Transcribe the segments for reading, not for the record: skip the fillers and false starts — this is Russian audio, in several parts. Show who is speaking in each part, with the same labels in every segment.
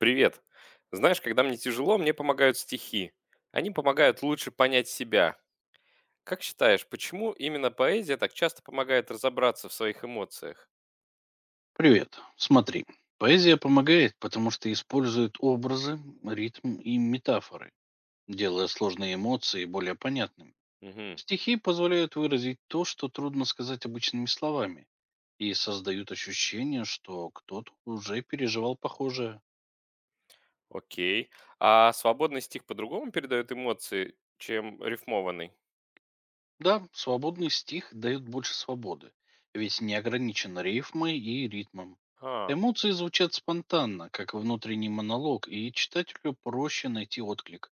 Speaker 1: Привет. Знаешь, когда мне тяжело, мне помогают стихи. Они помогают лучше понять себя. Как считаешь, почему именно поэзия так часто помогает разобраться в своих эмоциях?
Speaker 2: Привет. Смотри, поэзия помогает, потому что использует образы, ритм и метафоры, делая сложные эмоции более понятными.
Speaker 1: Угу,
Speaker 2: Стихи позволяют выразить то, что трудно сказать обычными словами, и создают ощущение, что кто-то уже переживал похожее.
Speaker 1: окей. А свободный стих по-другому передает эмоции, чем рифмованный?
Speaker 2: Да, свободный стих дает больше свободы, ведь не ограничен рифмой и ритмом.
Speaker 1: А,
Speaker 2: Эмоции звучат спонтанно, как внутренний монолог, и читателю проще найти отклик.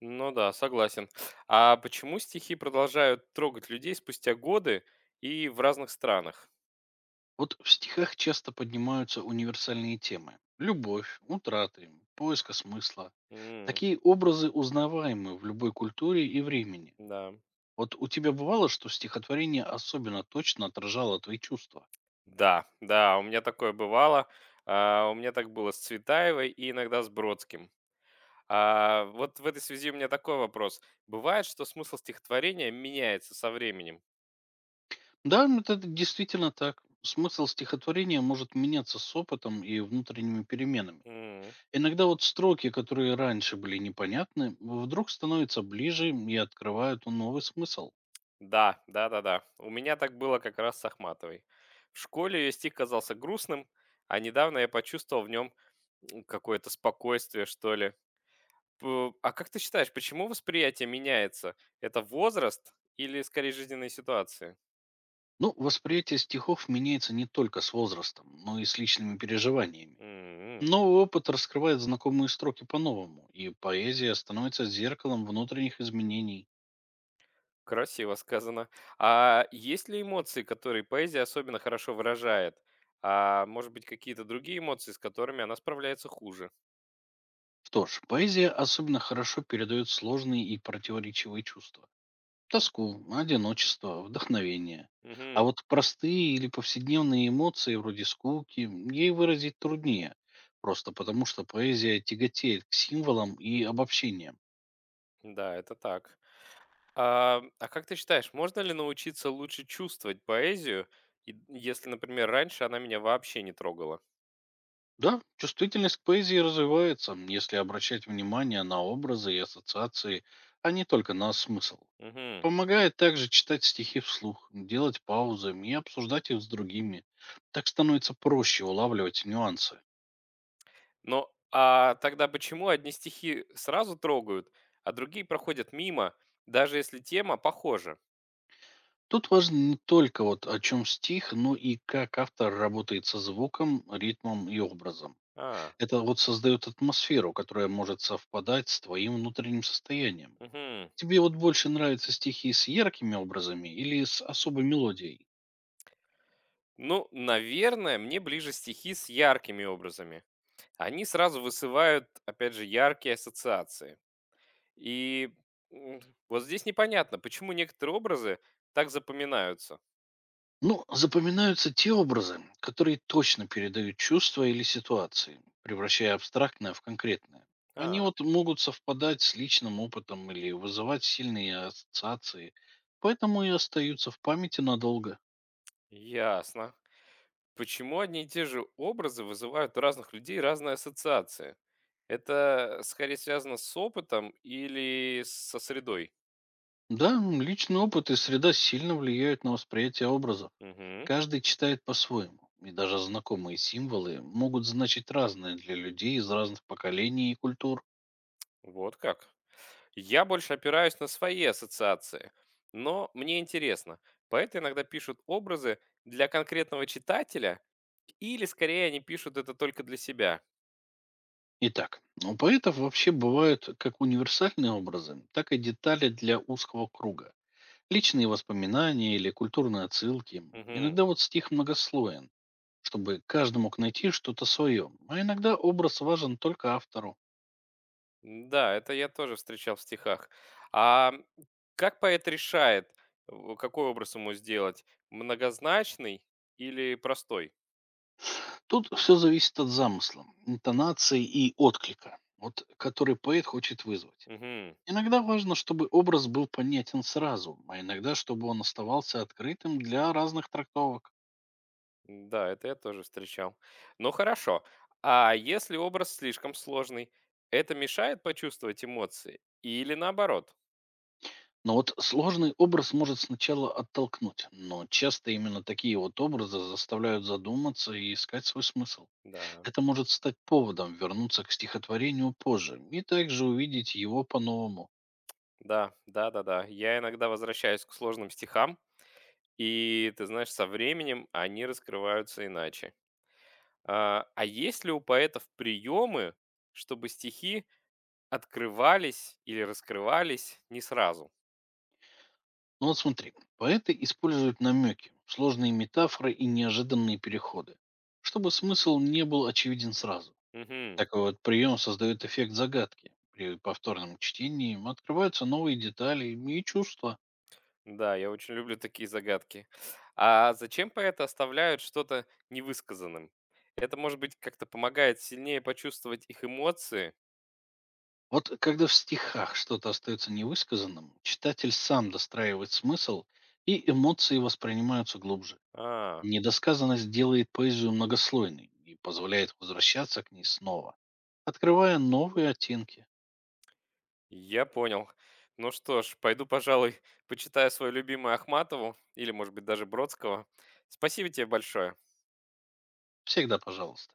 Speaker 1: ну да, согласен. А почему стихи продолжают трогать людей спустя годы и в разных странах?
Speaker 2: Вот в стихах часто поднимаются универсальные темы. Любовь, утраты, поиска смысла.
Speaker 1: М,
Speaker 2: Такие образы узнаваемы в любой культуре и времени.
Speaker 1: да.
Speaker 2: Вот у тебя бывало, что стихотворение особенно точно отражало твои чувства?
Speaker 1: Да, да, у меня такое бывало. А, у меня так было с Цветаевой и иногда с Бродским. А, вот в этой связи у меня такой вопрос. Бывает, что смысл стихотворения меняется со временем?
Speaker 2: Да, это действительно так. Смысл стихотворения может меняться с опытом и внутренними переменами.
Speaker 1: М.
Speaker 2: Иногда вот строки, которые раньше были непонятны, вдруг становятся ближе и открывают новый смысл.
Speaker 1: Да, да, да, да. У меня так было как раз с Ахматовой. В школе ее стих казался грустным, а недавно я почувствовал в нем какое-то спокойствие, что ли. А как ты считаешь, почему восприятие меняется? Это возраст или скорее жизненные ситуации?
Speaker 2: Ну, восприятие стихов меняется не только с возрастом, но и с личными переживаниями.
Speaker 1: М.
Speaker 2: Новый опыт раскрывает знакомые строки по-новому, и поэзия становится зеркалом внутренних изменений.
Speaker 1: Красиво сказано. А есть ли эмоции, которые поэзия особенно хорошо выражает? А может быть, какие-то другие эмоции, с которыми она справляется хуже?
Speaker 2: Что ж, поэзия особенно хорошо передает сложные и противоречивые чувства. Тоску, одиночество, вдохновение. А
Speaker 1: Мгм.
Speaker 2: вот простые или повседневные эмоции вроде скуки ей выразить труднее, просто потому что поэзия тяготеет к символам и обобщениям.
Speaker 1: Да, это так. А как ты считаешь, можно ли научиться лучше чувствовать поэзию, если, например, раньше она меня вообще не трогала?
Speaker 2: Да, чувствительность к поэзии развивается, если обращать внимание на образы и ассоциации, а не только на смысл.
Speaker 1: Мгм.
Speaker 2: Помогает также читать стихи вслух, делать паузы и обсуждать их с другими. Так становится проще улавливать нюансы.
Speaker 1: Но а тогда почему одни стихи сразу трогают, а другие проходят мимо, даже если тема похожа?
Speaker 2: Тут важно не только вот о чем стих, но и как автор работает со звуком, ритмом и образом.
Speaker 1: А,
Speaker 2: Это вот создает атмосферу, которая может совпадать с твоим внутренним состоянием.
Speaker 1: мгм.
Speaker 2: Тебе вот больше нравятся стихи с яркими образами или с особой мелодией?
Speaker 1: Ну, наверное, мне ближе стихи с яркими образами. Они сразу высывают, опять же, яркие ассоциации. И м, вот здесь непонятно, почему некоторые образы так запоминаются.
Speaker 2: Ну, запоминаются те образы, которые точно передают чувства или ситуации, превращая абстрактное в конкретное. Они
Speaker 1: А,
Speaker 2: вот могут совпадать с личным опытом или вызывать сильные ассоциации, поэтому и остаются в памяти надолго.
Speaker 1: ясно. Почему одни и те же образы вызывают у разных людей разные ассоциации? Это скорее связано с опытом или со средой?
Speaker 2: Да, личный опыт и среда сильно влияют на восприятие образов.
Speaker 1: Угу,
Speaker 2: Каждый читает по-своему, и даже знакомые символы могут значить разное для людей из разных поколений и культур.
Speaker 1: вот как. Я больше опираюсь на свои ассоциации, но мне интересно. Поэты иногда пишут образы для конкретного читателя, или скорее они пишут это только для себя.
Speaker 2: Итак, у поэтов вообще бывают как универсальные образы, так и детали для узкого круга. Личные воспоминания или культурные отсылки.
Speaker 1: Мгм.
Speaker 2: Иногда вот стих многослоен, чтобы каждый мог найти что-то свое, а иногда образ важен только автору.
Speaker 1: Да, это я тоже встречал в стихах. А как поэт решает, какой образ ему сделать? Многозначный или простой?
Speaker 2: Тут все зависит от замысла, интонации и отклика, вот, который поэт хочет вызвать.
Speaker 1: Мгм.
Speaker 2: Иногда важно, чтобы образ был понятен сразу, а иногда, чтобы он оставался открытым для разных трактовок.
Speaker 1: Да, это я тоже встречал. Ну хорошо. А если образ слишком сложный, это мешает почувствовать эмоции? Или наоборот?
Speaker 2: Но вот сложный образ может сначала оттолкнуть, но часто именно такие вот образы заставляют задуматься и искать свой смысл.
Speaker 1: Да,
Speaker 2: Это может стать поводом вернуться к стихотворению позже и также увидеть его по-новому.
Speaker 1: да, да, да, да. Я иногда возвращаюсь к сложным стихам, и ты знаешь, со временем они раскрываются иначе. А есть ли у поэтов приемы, чтобы стихи открывались или раскрывались не сразу?
Speaker 2: Ну вот смотри, поэты используют намеки, сложные метафоры и неожиданные переходы, чтобы смысл не был очевиден сразу.
Speaker 1: Мгм.
Speaker 2: Такой вот прием создает эффект загадки. При повторном чтении открываются новые детали и чувства.
Speaker 1: Да, я очень люблю такие загадки. А зачем поэты оставляют что-то невысказанным? Это, может быть, как-то помогает сильнее почувствовать их эмоции?
Speaker 2: Вот когда в стихах что-то остается невысказанным, читатель сам достраивает смысл, и эмоции воспринимаются глубже.
Speaker 1: А,
Speaker 2: Недосказанность делает поэзию многослойной и позволяет возвращаться к ней снова, открывая новые оттенки.
Speaker 1: я понял. Ну что ж, пойду, пожалуй, почитаю свою любимую Ахматову или, может быть, даже Бродского. Спасибо тебе большое.
Speaker 2: Всегда пожалуйста.